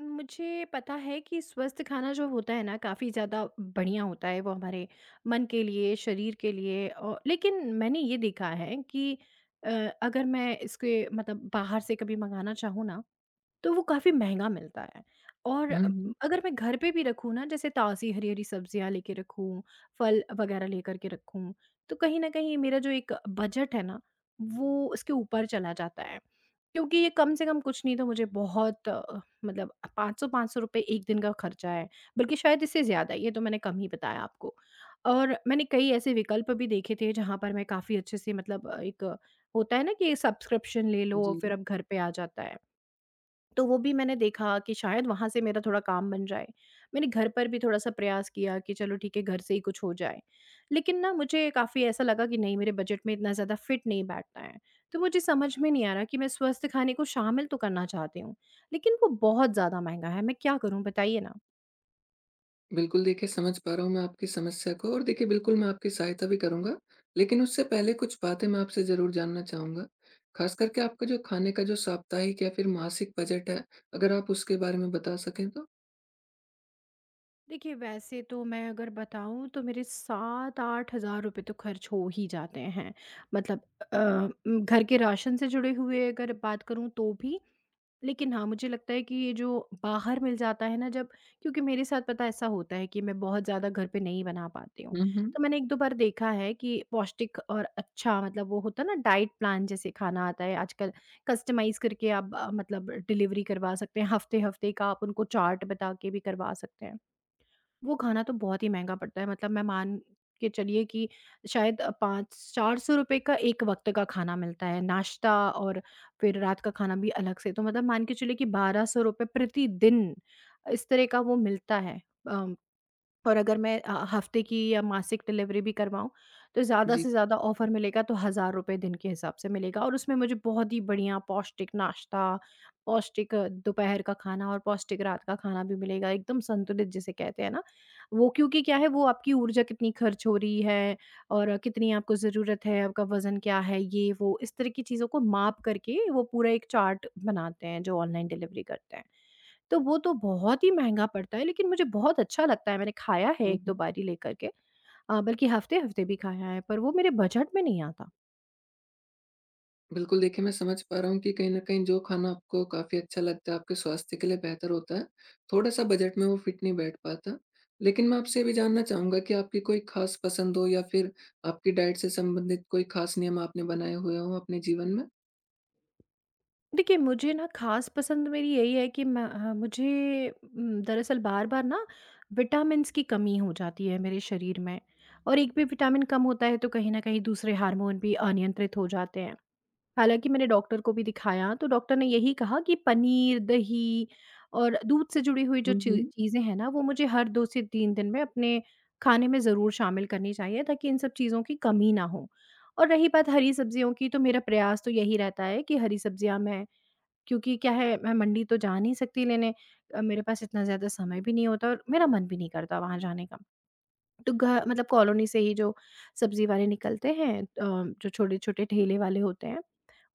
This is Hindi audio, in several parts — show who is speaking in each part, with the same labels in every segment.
Speaker 1: मुझे पता है कि स्वस्थ खाना जो होता है ना काफ़ी ज़्यादा बढ़िया होता है वो हमारे मन के लिए शरीर के लिए। और लेकिन मैंने ये देखा है कि अ, अगर मैं इसके मतलब बाहर से कभी मंगाना चाहूँ ना तो वो काफ़ी महँगा मिलता है। और
Speaker 2: हुँ, हुँ।
Speaker 1: अगर मैं घर पे भी रखूँ ना, जैसे ताज़ी हरी-हरी सब्ज़ियाँ लेके रखूँ, फल वग़ैरह लेकर के रखूँ, तो कहीं न कहीं मेरा जो एक बजट है ना, वो उसके ऊपर चला जाता है। क्योंकि ये कम से कम कुछ नहीं तो मुझे बहुत मतलब 500-500 रुपए 1 दिन का खर्चा है, बल्कि शायद इससे ज़्यादा, ये तो मैंने कम ही बताया आपको। और मैंने कई ऐसे विकल्प भी देखे थे जहाँ पर मैं काफ़ी अच्छे से मतलब एक होता है ना कि सब्सक्रिप्शन ले लो और फिर अब घर पे आ जाता है। तो वो भी मैंने देखा कि शायद वहाँ से मेरा थोड़ा काम बन जाए। मैंने घर पर भी थोड़ा-सा प्रयास किया कि चलो ठीक है, घर से ही कुछ हो जाए। लेकिन ना मुझे काफ़ी ऐसा लगा कि नहीं, मेरे बजट में इतना ज़्यादा फिट नहीं बैठता है। तो मुझे समझ में नहीं आ रहा कि मैं स्वस्थ खाने को शामिल तो करना चाहती हूँ, लेकिन वो बहुत ज़्यादा महँगा है। मैं क्या करूँ बताइए ना?
Speaker 2: बिल्कुल, देखिए समझ पा रहा हूँ मैं आपकी समस्या को, और देखिए बिल्कुल मैं आपकी सहायता भी करूँगा। लेकिन उससे पहले कुछ बातें मैं आपसे ज़रूर जानना चाहूँगा। ख़ास करके आपका जो खाने का जो साप्ताहिक या फिर मासिक बजट है, अगर आप उसके बारे में बता सकें तो?
Speaker 1: देखिए, वैसे तो मैं अगर बताऊँ तो मेरे 7-8 हज़ार रुपए तो खर्च हो ही जाते हैं। मतलब अ, घर के राशन से जुड़े हुए अगर बात करूँ तो भी। लेकिन हाँ, मुझे लगता है कि ये जो बाहर मिल जाता है ना, जब क्योंकि मेरे साथ पता है ऐसा होता है कि मैं बहुत ज़्यादा घर पे नहीं बना पाती हूँ।
Speaker 2: हुँ, हुँ।
Speaker 1: तो मैंने 1-2 बार देखा है कि पौष्टिक और अच्छा मतलब वो होता है ना डाइट प्लान जैसे खाना आता है आजकल, कस्टमाइज़ करके आप मतलब डिलीवरी करवा सकते हैं। हफ़्ते-हफ़्ते का आप उनको चार्ट बता के भी करवा सकते हैं। वो खाना तो बहुत ही महँगा पड़ता है, मतलब मैं मान के चलिए कि शायद 5 400 का एक वक़्त का खाना मिलता है, नाश्ता और फिर रात का खाना भी अलग से, तो मतलब मान के चलिए कि ₹1200 रुपए प्रतिदिन, इस तरह का वो मिलता है। अ और अगर मैं हफ्ते की या मासिक डिलीवरी भी करवाऊँ, तो ज़्यादा
Speaker 2: जी।
Speaker 1: से ज़्यादा ऑफ़र मिलेगा तो हज़ार रुपए दिन के हिसाब से मिलेगा और उसमें मुझे बहुत ही बढ़िया पौष्टिक नाश्ता, पौष्टिक दोपहर का खाना और पौष्टिक रात का खाना भी मिलेगा, एकदम संतुलित जिसे कहते हैं ना। वो क्योंकि क्या है, वो आपकी ऊर्जा कितनी खर्च हो रही है और कितनी आपको ज़रूरत है, आपका वज़न क्या है, ये वो इस तरह की चीज़ों को माप करके वो पूरा एक चार्ट बनाते हैं जो ऑनलाइन डिलीवरी करते हैं। तो वो तो बहुत ही महँगा पड़ता है, लेकिन मुझे बहुत अच्छा लगता है, मैंने खाया है
Speaker 2: हुँ,
Speaker 1: 1-2
Speaker 2: हुँ।
Speaker 1: बारी लेकर के। बल्कि हफ़्ते-हफ़्ते भी खाया है, पर वो मेरे बजट में नहीं आता।
Speaker 2: बिल्कुल, देखिए मैं समझ पा रहा हूँ कि कहीं न कहीं जो खाना आपको काफ़ी अच्छा लगता है, आपके स्वास्थ्य के लिए बेहतर होता है, थोड़ा-सा बजट में वो फिट नहीं बैठ पाता। लेकिन मैं आपसे ये भी जानना चाहूँगा कि आपकी कोई ख़ास पसंद हो, या फिर आपकी डाइट से संबंधित कोई ख़ास नियम आपने बनाए हुए हों अपने जीवन में?
Speaker 1: देखिए, मुझे ना ख़ास पसंद मेरी यही है कि मैं मुझे दरअसल बार-बार ना विटामिन्स की कमी हो जाती है मेरे शरीर में, और एक भी विटामिन कम होता है, तो कहीं न कहीं दूसरे हार्मोन भी अनियंत्रित हो जाते हैं। हालाँकि मैंने डॉक्टर को भी दिखाया, तो डॉक्टर ने यही कहा कि पनीर, दही और दूध से जुड़ी हुई जो
Speaker 2: हुँ,
Speaker 1: ची
Speaker 2: हुँ।
Speaker 1: चीज़ें हैं ना, वो मुझे हर 2 से 3 दिन में अपने खाने में ज़रूर शामिल करनी चाहिए ताकि इन सब चीज़ों की कमी ना हो। और रही बात हरी सब्जियों की, तो मेरा प्रयास तो यही रहता है कि हरी सब्जियाँ मैं, क्योंकि क्या है, मैं मंडी तो जा नहीं सकती लेने। मेरे पास इतना ज़्यादा समय भी नहीं होता और मेरा मन भी नहीं करता वहाँ जाने का। तो घ मतलब कॉलोनी से ही जो सब्ज़ी वाले निकलते हैं, जो छोटे-छोटे ठेले वाले होते हैं,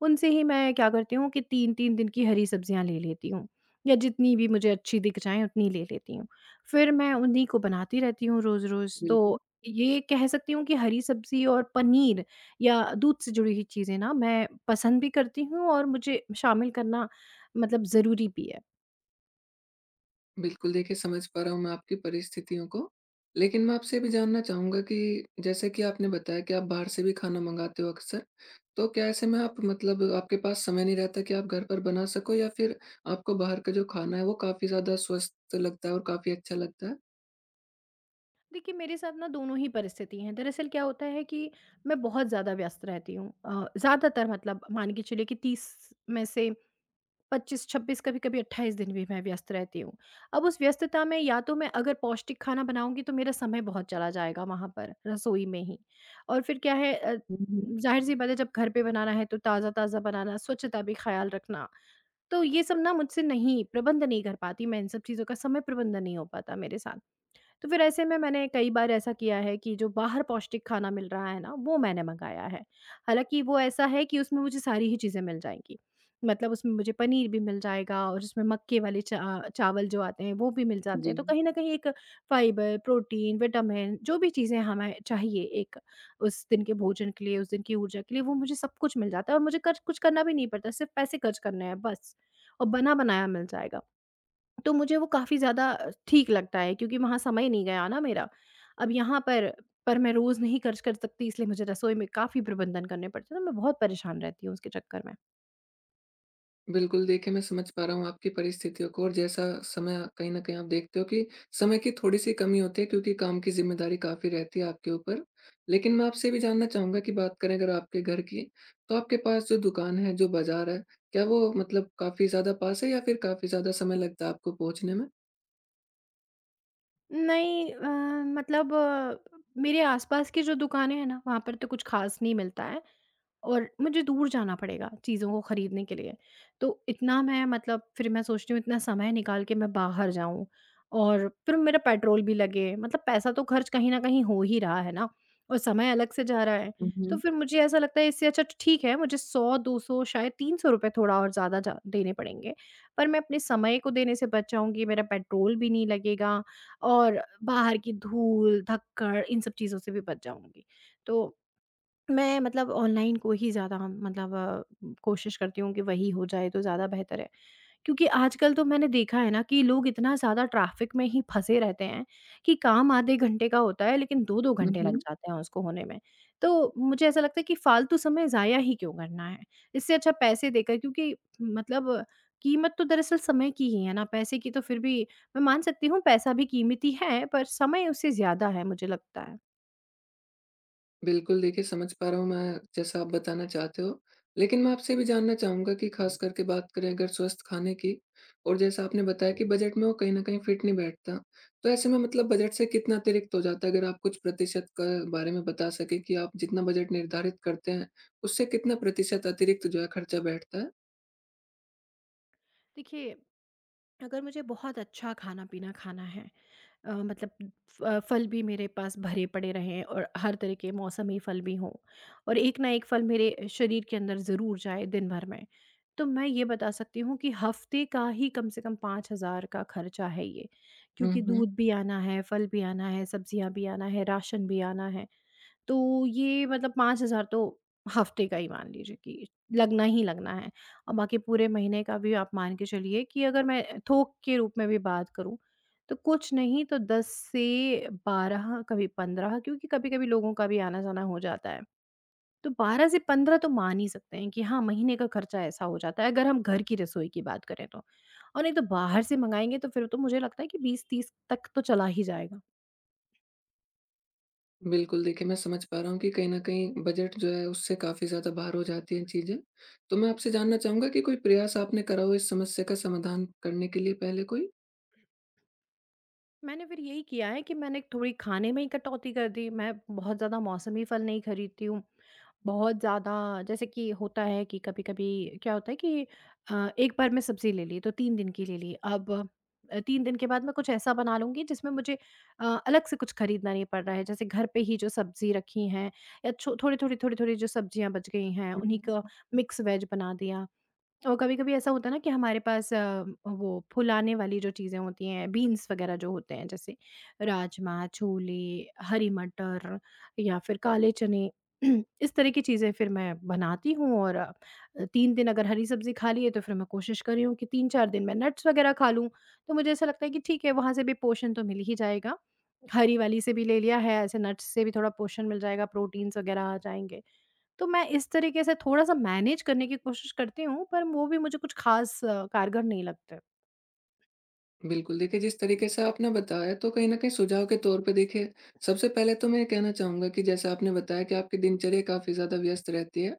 Speaker 1: उनसे ही मैं क्या करती हूँ कि 3-3 दिन की हरी सब्जियाँ ले लेती हूँ या जितनी भी मुझे अच्छी दिख जाएँ उतनी ले लेती हूँ। फिर मैं उन्हीं को बनाती रहती हूँ रोज़-रोज़। तो
Speaker 2: बिल्कुल।
Speaker 1: ये कह सकती हूँ कि हरी सब्ज़ी और पनीर या दूध से जुड़ी हुई चीज़ें ना मैं पसंद भी करती हूँ और मुझे शामिल करना मतलब ज़रूरी भी है।
Speaker 2: बिल्कुल, देखिए समझ पा रहा हूँ मैं आपकी परिस्थितियों को। लेकिन मैं आपसे ये भी जानना चाहूँगा कि, जैसे कि आपने बताया कि आप बाहर से भी खाना मँगाते हो अक्सर, तो क्या ऐसे में आप मतलब आपके पास समय नहीं रहता कि आप घर पर बना सको, या फिर आपको बाहर का जो खाना है वो काफ़ी ज़्यादा स्वस्थ लगता है और काफ़ी अच्छा लगता है?
Speaker 1: देखिए, मेरे साथ ना दोनों ही परिस्थिति हैं। दरअसल क्या होता है कि मैं बहुत ज़्यादा व्यस्त रहती हूँ। ज़्यादातर मतलब मान के चलिए कि 30 में से 25-26, कभी-कभी 28 दिन भी मैं व्यस्त रहती हूँ। अब उस व्यस्तता में या तो मैं अगर पौष्टिक खाना बनाऊँगी तो मेरा समय बहुत चला जाएगा वहाँ पर, रसोई में ही। और फिर क्या है,
Speaker 2: हुँ, हुँ।
Speaker 1: ज़ाहिर-सी बात है जब घर पे बनाना है तो ताज़ा-ताज़ा बनाना, स्वच्छता भी ख़्याल रखना, तो ये सब ना मुझसे नहीं प्रबंध नहीं कर पाती मैं, इन सब चीज़ों का समय प्रबंधन नहीं हो पाता मेरे साथ। तो फिर ऐसे में मैंने कई बार ऐसा किया है कि जो बाहर पौष्टिक खाना मिल रहा है ना, वो मैंने मँगाया है। हालाँकि वो ऐसा है कि उसमें मुझे सारी ही चीज़ें मिल जाएँगी। मतलब उसमें मुझे पनीर भी मिल जाएगा और उसमें मक्के वाले चा चावल जो आते हैं, वो भी मिल जाते
Speaker 2: जी।
Speaker 1: हैं। तो कहीं न कहीं एक फाइबर, प्रोटीन, विटामिन जो भी चीज़ें हमें चाहिए एक उस दिन के भोजन के लिए, उस दिन की ऊर्जा के लिए, वो मुझे सब कुछ मिल जाता है और मुझे कर्च कुछ करना भी नहीं पड़ता, सिर्फ़ पैसे खर्च करने हैं बस, और बना-बनाया मिल जाएगा। तो मुझे वो काफ़ी ज़्यादा ठीक लगता है क्योंकि वहाँ समय नहीं गया ना मेरा। अब यहाँ पर मैं रोज़ नहीं खर्च कर सकती, इसलिए मुझे रसोई में काफ़ी प्रबंधन करने पड़ते हैं, तो मैं बहुत परेशान रहती हूँ उसके चक्कर में।
Speaker 2: बिल्कुल, देखिए मैं समझ पा रहा हूँ आपकी परिस्थितियों को, और जैसा समय कहीं न कहीं आप देखते हो कि समय की थोड़ी-सी कमी होती है क्योंकि काम की ज़िम्मेदारी काफ़ी रहती है आपके ऊपर। लेकिन मैं आपसे ये भी जानना चाहूँगा कि बात करें अगर आपके घर की, तो आपके पास जो दुकान है, जो बाज़ार है, क्या वो मतलब काफ़ी ज़्यादा पास है, या फिर काफ़ी ज़्यादा समय लगता है आपको पहुँचने में?
Speaker 1: नहीं, मतलब अ, मेरे आसपास की जो दुकानें हैं ना, वहाँ पर तो कुछ खास नहीं मिलता है। और मुझे दूर जाना पड़ेगा चीज़ों को खरीदने के लिए। तो इतना मैं मतलब फिर मैं सोचती हूँ इतना समय निकाल के मैं बाहर जाऊँ और फिर मेरा पेट्रोल भी लगे, मतलब पैसा तो खर्च कहीं न कहीं हो ही रहा है ना, और समय अलग से जा रहा है।
Speaker 2: हुँ,
Speaker 1: तो
Speaker 2: हुँ।
Speaker 1: फिर मुझे ऐसा लगता है इससे अच्छा तो ठीक है मुझे 100, 200 शायद 300 रुपए थोड़ा और ज़्यादा जा देने पड़ेंगे। पर मैं अपने समय को देने से बच जाऊँगी, मेरा पेट्रोल भी नहीं लगेगा और बाहर की धूल, धक्कड़ इन सब चीज़ों से भी बच जाऊँगी। तो मैं मतलब ऑनलाइन को ही ज़्यादा मतलब कोशिश करती हूँ कि वही हो जाए तो ज़्यादा बेहतर है। क्योंकि आजकल तो मैंने देखा है ना कि लोग इतना ज़्यादा ट्रैफ़िक में ही फँसे रहते हैं कि काम आधे घंटे का होता है लेकिन 2-2
Speaker 2: हुँ,
Speaker 1: घंटे लग
Speaker 2: हुँ।
Speaker 1: जाते हैं उसको होने में। तो मुझे ऐसा लगता है कि फ़ालतू समय ज़ाया ही क्यों करना है? इससे अच्छा पैसे देकर, क्योंकि मतलब कीमत तो दरअसल समय की ही है ना, पैसे की तो फिर भी मैं मान सकती हूँ पैसा भी कीमती है पर समय उससे ज़्यादा है मुझे लगता है।
Speaker 2: बिल्कुल, देखिए समझ पा रहा हूँ मैं जैसा आप बताना चाहते हो। लेकिन मैं आपसे भी जानना चाहूँगा कि ख़ास करके बात करें अगर स्वस्थ खाने की, और जैसा आपने बताया कि बजट में वो कहीं न कहीं फिट नहीं बैठता। तो ऐसे में मतलब बजट से कितना अतिरिक्त हो जाता है? अगर आप कुछ प्रतिशत के बारे में बता सकें कि आप जितना बजट निर्धारित करते हैं, उससे कितना प्रतिशत अतिरिक्त जो है खर्चा बैठता
Speaker 1: देखिए, अगर मुझे बहुत अच्छा खाना-पीना खाना है, मतलब फल भी मेरे पास भरे पड़े रहें और हर तरह के मौसमी फल भी हों और एक ना एक फल मेरे शरीर के अंदर ज़रूर जाए दिन भर में, तो मैं ये बता सकती हूँ कि हफ़्ते का ही कम से कम 5,000 का खर्चा है ये। क्योंकि
Speaker 2: है?
Speaker 1: दूध भी आना है, फल भी आना है, सब्जियाँ भी आना है, राशन भी आना है। तो ये मतलब 5,000 तो हफ्ते का ही मान लीजिए कि लगना ही लगना है, और बाकी पूरे महीने का भी आप मान के चलिए कि अगर मैं थोक के रूप में भी बात करूँ, तो कुछ नहीं तो 10 से 12, कभी 15, क्योंकि कभी-कभी लोगों का भी आना-जाना हो जाता है। तो 12 से 15 तो मान ही सकते हैं कि हाँ, महीने का खर्चा ऐसा हो जाता है अगर हम घर की रसोई की बात करें तो। और नहीं तो बाहर से मँगाएँगे तो फिर तो मुझे लगता है कि 20-30 तक तो चला ही जाएगा।
Speaker 2: बिल्कुल, देखिए मैं समझ पा रहा हूँ कि कहीं न कहीं बजट जो है उससे काफ़ी ज़्यादा बाहर हो जाती हैं चीज़ें। तो मैं आपसे जानना चाहूँगा कि कोई प्रयास आपने करा हो इस समस्या का समाधान करने के लिए पहले कोई?
Speaker 1: मैंने फिर यही किया है कि मैंने थोड़ी खाने में ही कटौती कर दी। मैं बहुत ज़्यादा मौसमी फल नहीं खरीदती हूँ। बहुत ज़्यादा जैसे कि होता है कि कभी-कभी क्या होता है कि एक बार मैं सब्ज़ी ले ली तो 3 दिन की ले ली। अब 3 दिन के बाद मैं कुछ ऐसा बना लूँगी जिसमें मुझे अलग से कुछ खरीदना नहीं पड़ रहा है। जैसे घर पे ही जो सब्ज़ी रखी हैं या छो थोड़ी-थोड़ी, थोड़ी-थोड़ी जो सब्ज़ियाँ बच गई हैं उन्हीं का मिक्स वेज बना दिया। और कभी-कभी ऐसा होता है ना कि हमारे पास वो फुलाने वाली जो चीज़ें होती हैं, बीन्स वगैरह जो होते हैं, जैसे राजमा, छोले, हरी मटर या फिर काले चने, इस तरह की चीज़ें फिर मैं बनाती हूँ, और 3 दिन अगर हरी सब्ज़ी खा ली है, तो फिर मैं कोशिश कर रही हूँ कि 3-4 दिन मैं नट्स वगैरह खा लूँ। तो मुझे ऐसा लगता है कि ठीक है, वहाँ से भी पोषण तो मिल ही जाएगा। हरी वाली से भी ले लिया है, ऐसे नट्स से भी थोड़ा पोषण मिल जाएगा, प्रोटीन्स वगैरह आ जाएँगे। तो मैं इस तरीके से थोड़ा-सा मैनेज करने की कोशिश करती हूँ, पर वो भी मुझे कुछ ख़ास कारगर नहीं लगता।
Speaker 2: बिल्कुल, देखिए जिस तरीके से आपने बताया, तो कहीं न कहीं सुझाव के तौर पे देखिए, सबसे पहले तो मैं ये कहना चाहूँगा कि जैसे आपने बताया कि आपकी दिनचर्या काफ़ी ज़्यादा व्यस्त रहती है,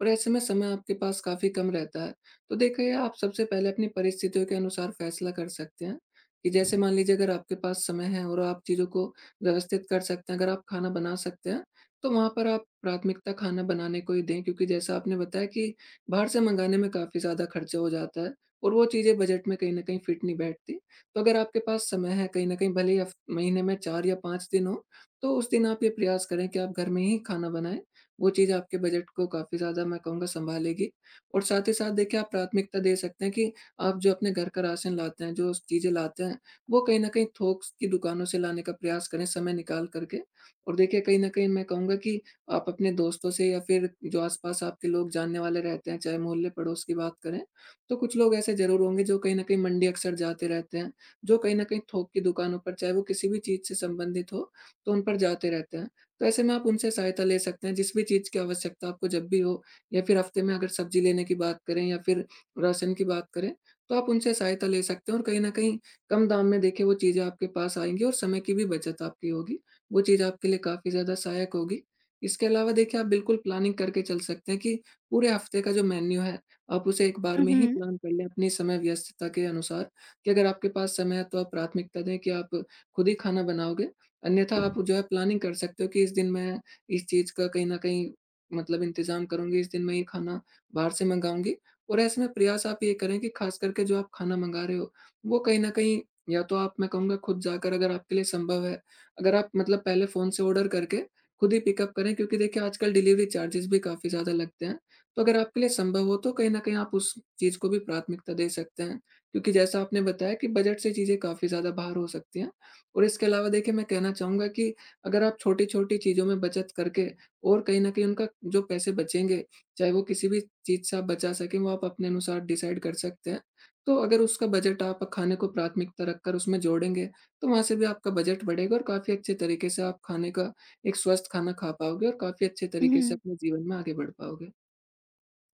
Speaker 2: और ऐसे में समय आपके पास काफ़ी कम रहता है। तो देखिए, आप सबसे पहले अपनी परिस्थितियों के अनुसार फैसला कर सकते हैं कि जैसे मान लीजिए, अगर आपके पास समय है और आप चीज़ों को व्यवस्थित कर सकते हैं, अगर आप खाना बना सकते हैं, तो वहाँ पर आप प्राथमिकता खाना बनाने को ही दें, क्योंकि जैसा आपने बताया कि बाहर से मँगाने में काफ़ी ज़्यादा खर्चा हो जाता है, और वो चीज़ें बजट में कहीं न कहीं फिट नहीं बैठती। तो अगर आपके पास समय है कहीं न कहीं, भले ही हफ़ महीने में 4 या 5 दिन हो, तो उस दिन आप ये प्रयास करें कि आप घर में ही खाना बनाएँ। वो चीज़ आपके बजट को काफ़ी ज़्यादा, मैं कहूँगा, सँभालेगी। और साथ ही साथ देखिए, आप प्राथमिकता दे सकते हैं कि आप जो अपने घर का राशन लाते हैं, जो चीज़ें लाते हैं, वो कहीं न कहीं थोक की दुकानों से लाने का प्रयास करें समय निकाल कर के। और देखिए, कहीं न कहीं मैं कहूँगा कि आप अपने दोस्तों से या फिर जो आस-पास आपके लोग जानने वाले रहते हैं, चाहे मोहल्ले पड़ोस की बात करें, तो कुछ लोग ऐसे ज़रूर होंगे जो कहीं न कहीं मंडी अक्सर जाते रहते हैं। जो कहीं न कहीं थोक की दुकानों पर, चाहे वो किसी भी चीज़ से संबंधित हो, तो उन पर जाते रहते हैं। तो ऐसे में आप उनसे सहायता ले सकते हैं, जिस भी चीज़ की आवश्यकता आपको जब भी हो, या फिर हफ्ते में अगर सब्जी लेने की बात करें या फिर राशन की बात करें, तो आप उनसे सहायता ले सकते हैं, और कहीं न कहीं कम दाम में देखिए वो चीज़ें आपके पास आएँगी और समय की भी बचत आपकी होगी। वो चीज़ आपके लिए काफ़ी ज़्यादा सहायक होगी। इसके अलावा देखिए, आप बिल्कुल प्लानिंग करके चल सकते हैं कि पूरे हफ्ते का जो मेन्यू है, आप उसे एक बार
Speaker 1: हुँ,
Speaker 2: में ही
Speaker 1: हुँ।
Speaker 2: प्लान कर लें अपनी समय व्यस्तता के अनुसार। कि अगर आपके पास समय है, तो आप प्राथमिकता दें कि आप खुद ही खाना बनाओगे, अन्यथा आप जो है प्लानिंग कर सकते हो कि इस दिन मैं इस चीज़ का कहीं न कहीं मतलब इंतज़ाम करूँगी, इस दिन मैं ये खाना बाहर से मँगाऊँगी। और ऐसे में प्रयास आप ये करें कि ख़ास करके जो आप खाना मँगा रहे हो, वो कहीं न कहीं, या तो आप, मैं कहूँगा, खुद जाकर, अगर आपके लिए संभव है, अगर आप मतलब पहले फ़ोन से ऑर्डर करके खुद ही पिकअप करें, क्योंकि देखिए आजकल डिलीवरी चार्जेज़ भी काफ़ी ज़्यादा लगते हैं। तो अगर आपके लिए संभव हो, तो कहीं न कहीं आप उस चीज़ को भी प्राथमिकता दे सकते हैं। क्योंकि जैसा आपने बताया कि बजट से चीज़ें काफ़ी ज़्यादा बाहर हो सकती हैं। और इसके अलावा देखिए, मैं कहना चाहूँगा कि अगर आप छोटी-छोटी चीज़ों में बचत करके, और कहीं न कहीं उनका जो पैसे बचेंगे, चाहे वो किसी भी चीज़ से आप बचा सकें, वो आप अपने अनुसार डिसाइड कर सकते हैं। तो अगर उसका बजट आप खाने को प्राथमिकता रखकर उसमें जोड़ेंगे, तो वहाँ से भी आपका बजट बढ़ेगा, और काफ़ी अच्छे तरीके से आप खाने का एक स्वस्थ खाना खा पाओगे, और काफ़ी अच्छे तरीके से
Speaker 1: हुँ।
Speaker 2: अपने जीवन में आगे बढ़ पाओगे।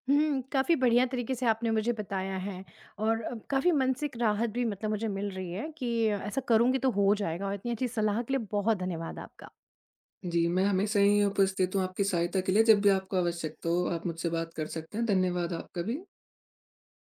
Speaker 1: हुँ, काफ़ी बढ़िया तरीके से आपने मुझे बताया है, और काफ़ी मानसिक राहत भी मतलब मुझे मिल रही है कि ऐसा करूँगी तो हो जाएगा, और इतनी अच्छी सलाह के लिए बहुत धन्यवाद आपका।
Speaker 2: जी, मैं हमेशा यहीं उपस्थित हूँ आपकी सहायता के लिए, जब भी आपको आवश्यकता हो आप मुझसे बात कर सकते हैं। धन्यवाद आपका भी।